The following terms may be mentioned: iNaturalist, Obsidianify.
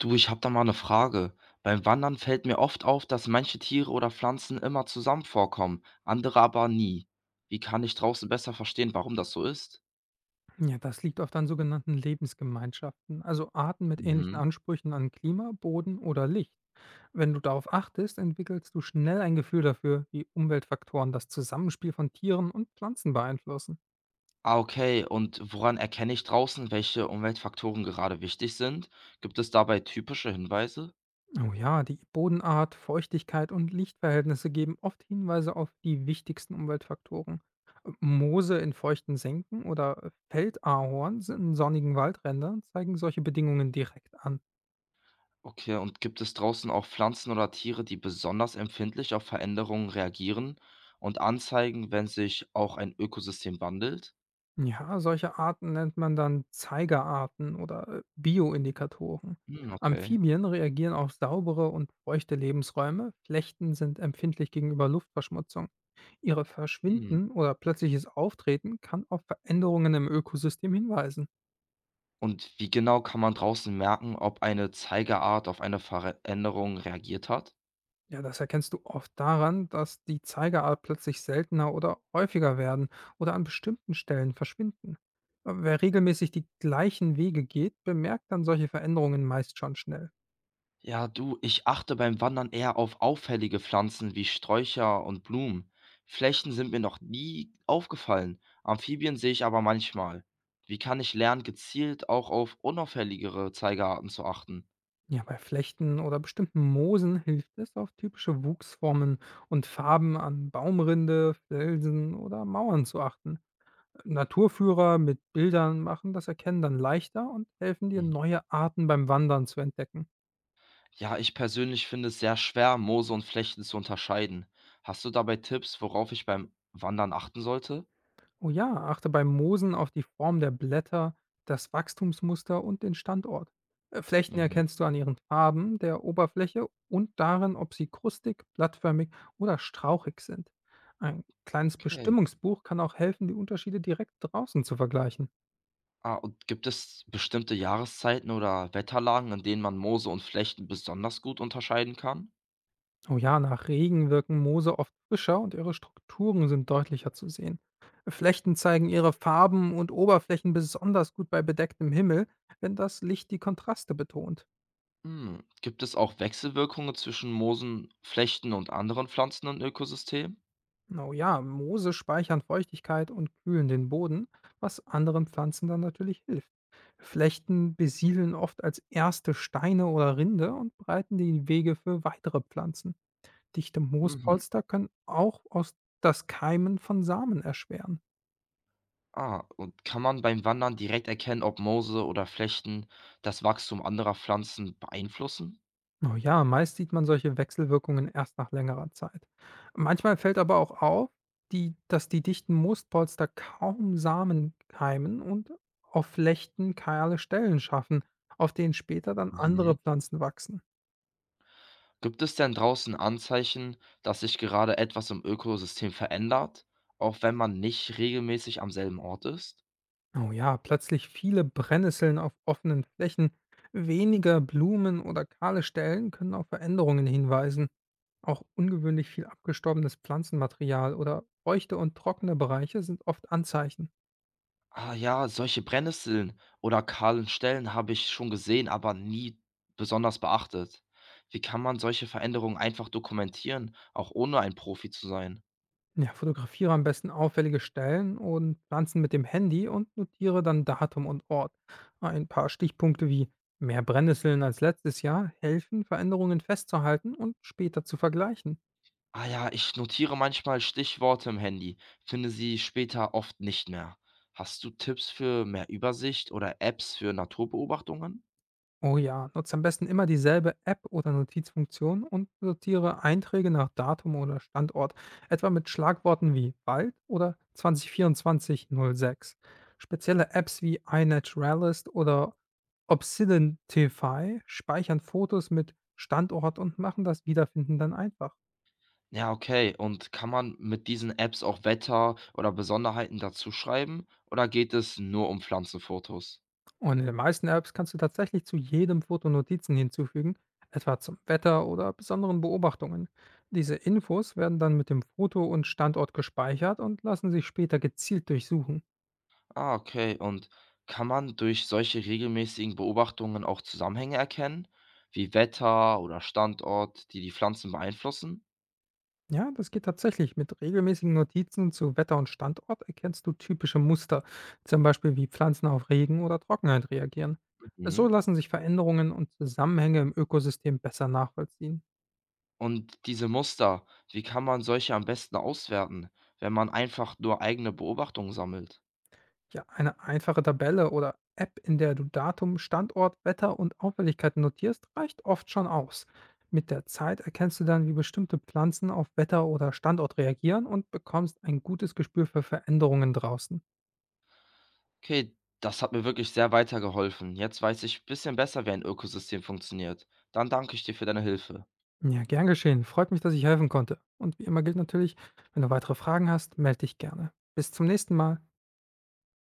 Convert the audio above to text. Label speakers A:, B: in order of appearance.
A: Du, ich habe da mal 'ne Frage. Beim Wandern fällt mir oft auf, dass manche Tiere oder Pflanzen immer zusammen vorkommen, andere aber nie. Wie kann ich draußen besser verstehen, warum das so ist?
B: Ja, das liegt oft an sogenannten Lebensgemeinschaften, also Arten mit ähnlichen
A: Mhm.
B: Ansprüchen an Klima, Boden oder Licht. Wenn du darauf achtest, entwickelst du schnell ein Gefühl dafür, wie Umweltfaktoren das Zusammenspiel von Tieren und Pflanzen beeinflussen.
A: Ah, okay. Und woran erkenne ich draußen, welche Umweltfaktoren gerade wichtig sind? Gibt es dabei typische Hinweise?
B: Oh ja, die Bodenart, Feuchtigkeit und Lichtverhältnisse geben oft Hinweise auf die wichtigsten Umweltfaktoren. Moose in feuchten Senken oder Feldahorn in sonnigen Waldrändern zeigen solche Bedingungen direkt an.
A: Okay, und gibt es draußen auch Pflanzen oder Tiere, die besonders empfindlich auf Veränderungen reagieren und anzeigen, wenn sich auch ein Ökosystem wandelt?
B: Ja, solche Arten nennt man dann Zeigerarten oder Bioindikatoren.
A: Hm, okay.
B: Amphibien reagieren auf saubere und feuchte Lebensräume, Flechten sind empfindlich gegenüber Luftverschmutzung. Ihre
A: Hm.
B: Verschwinden oder plötzliches Auftreten kann auf Veränderungen im Ökosystem hinweisen.
A: Und wie genau kann man draußen merken, ob eine Zeigerart auf eine Veränderung reagiert hat?
B: Ja, das erkennst du oft daran, dass die Zeigerart plötzlich seltener oder häufiger werden oder an bestimmten Stellen verschwinden. Wer regelmäßig die gleichen Wege geht, bemerkt dann solche Veränderungen meist schon schnell.
A: Ja, du, ich achte beim Wandern eher auf auffällige Pflanzen wie Sträucher und Blumen. Flechten sind mir noch nie aufgefallen. Amphibien sehe ich aber manchmal. Wie kann ich lernen, gezielt auch auf unauffälligere Zeigerarten zu achten?
B: Ja, bei Flechten oder bestimmten Moosen hilft es, auf typische Wuchsformen und Farben an Baumrinde, Felsen oder Mauern zu achten. Naturführer mit Bildern machen das Erkennen dann leichter und helfen dir,
A: Mhm.
B: neue Arten beim Wandern zu entdecken.
A: Ja, ich persönlich finde es sehr schwer, Moose und Flechten zu unterscheiden. Hast du dabei Tipps, worauf ich beim Wandern achten sollte?
B: Oh ja, achte beim Moosen auf die Form der Blätter, das Wachstumsmuster und den Standort. Flechten
A: Mhm.
B: erkennst du an ihren Farben, der Oberfläche und darin, ob sie krustig, blattförmig oder strauchig sind. Ein kleines
A: Okay.
B: Bestimmungsbuch kann auch helfen, die Unterschiede direkt draußen zu vergleichen.
A: Ah, und gibt es bestimmte Jahreszeiten oder Wetterlagen, in denen man Moose und Flechten besonders gut unterscheiden kann?
B: Oh ja, nach Regen wirken Moose oft frischer und ihre Strukturen sind deutlicher zu sehen. Flechten zeigen ihre Farben und Oberflächen besonders gut bei bedecktem Himmel, wenn das Licht die Kontraste betont.
A: Hm. Gibt es auch Wechselwirkungen zwischen Moosen, Flechten und anderen Pflanzen und Ökosystemen?
B: Oh ja, Moose speichern Feuchtigkeit und kühlen den Boden, was anderen Pflanzen dann natürlich hilft. Flechten besiedeln oft als erste Steine oder Rinde und breiten die Wege für weitere Pflanzen. Dichte
A: Mhm.
B: Moospolster können auch aus das Keimen von Samen erschweren.
A: Ah, und kann man beim Wandern direkt erkennen, ob Moose oder Flechten das Wachstum anderer Pflanzen beeinflussen?
B: Oh ja, meist sieht man solche Wechselwirkungen erst nach längerer Zeit. Manchmal fällt aber auch auf, dass die dichten Moostpolster kaum Samen keimen und auf Flechten kahle Stellen schaffen, auf denen später dann andere
A: Mhm.
B: Pflanzen wachsen.
A: Gibt es denn draußen Anzeichen, dass sich gerade etwas im Ökosystem verändert, auch wenn man nicht regelmäßig am selben Ort ist?
B: Oh ja, plötzlich viele Brennnesseln auf offenen Flächen, weniger Blumen oder kahle Stellen können auf Veränderungen hinweisen. Auch ungewöhnlich viel abgestorbenes Pflanzenmaterial oder feuchte und trockene Bereiche sind oft Anzeichen.
A: Ah ja, solche Brennnesseln oder kahlen Stellen habe ich schon gesehen, aber nie besonders beachtet. Wie kann man solche Veränderungen einfach dokumentieren, auch ohne ein Profi zu sein?
B: Ja, fotografiere am besten auffällige Stellen und Pflanzen mit dem Handy und notiere dann Datum und Ort. Ein paar Stichpunkte wie mehr Brennnesseln als letztes Jahr helfen, Veränderungen festzuhalten und später zu vergleichen.
A: Ah ja, ich notiere manchmal Stichworte im Handy, finde sie später oft nicht mehr. Hast du Tipps für mehr Übersicht oder Apps für Naturbeobachtungen?
B: Oh ja, nutze am besten immer dieselbe App oder Notizfunktion und sortiere Einträge nach Datum oder Standort, etwa mit Schlagworten wie Wald oder 2024-06. Spezielle Apps wie iNaturalist oder Obsidianify speichern Fotos mit Standort und machen das Wiederfinden dann einfach.
A: Ja, okay. Und kann man mit diesen Apps auch Wetter oder Besonderheiten dazu schreiben? Oder geht es nur um Pflanzenfotos?
B: Und in den meisten Apps kannst du tatsächlich zu jedem Foto Notizen hinzufügen, etwa zum Wetter oder besonderen Beobachtungen. Diese Infos werden dann mit dem Foto und Standort gespeichert und lassen sich später gezielt durchsuchen.
A: Ah, okay. Und kann man durch solche regelmäßigen Beobachtungen auch Zusammenhänge erkennen, wie Wetter oder Standort, die die Pflanzen beeinflussen?
B: Ja, das geht tatsächlich. Mit regelmäßigen Notizen zu Wetter und Standort erkennst du typische Muster, zum Beispiel wie Pflanzen auf Regen oder Trockenheit reagieren. So
A: Mhm.
B: lassen sich Veränderungen und Zusammenhänge im Ökosystem besser nachvollziehen.
A: Und diese Muster, wie kann man solche am besten auswerten, wenn man einfach nur eigene Beobachtungen sammelt?
B: Ja, eine einfache Tabelle oder App, in der du Datum, Standort, Wetter und Auffälligkeiten notierst, reicht oft schon aus. Mit der Zeit erkennst du dann, wie bestimmte Pflanzen auf Wetter oder Standort reagieren und bekommst ein gutes Gespür für Veränderungen draußen.
A: Okay, das hat mir wirklich sehr weitergeholfen. Jetzt weiß ich ein bisschen besser, wie ein Ökosystem funktioniert. Dann danke ich dir für deine Hilfe.
B: Ja, gern geschehen. Freut mich, dass ich helfen konnte. Und wie immer gilt natürlich, wenn du weitere Fragen hast, melde dich gerne. Bis zum nächsten Mal.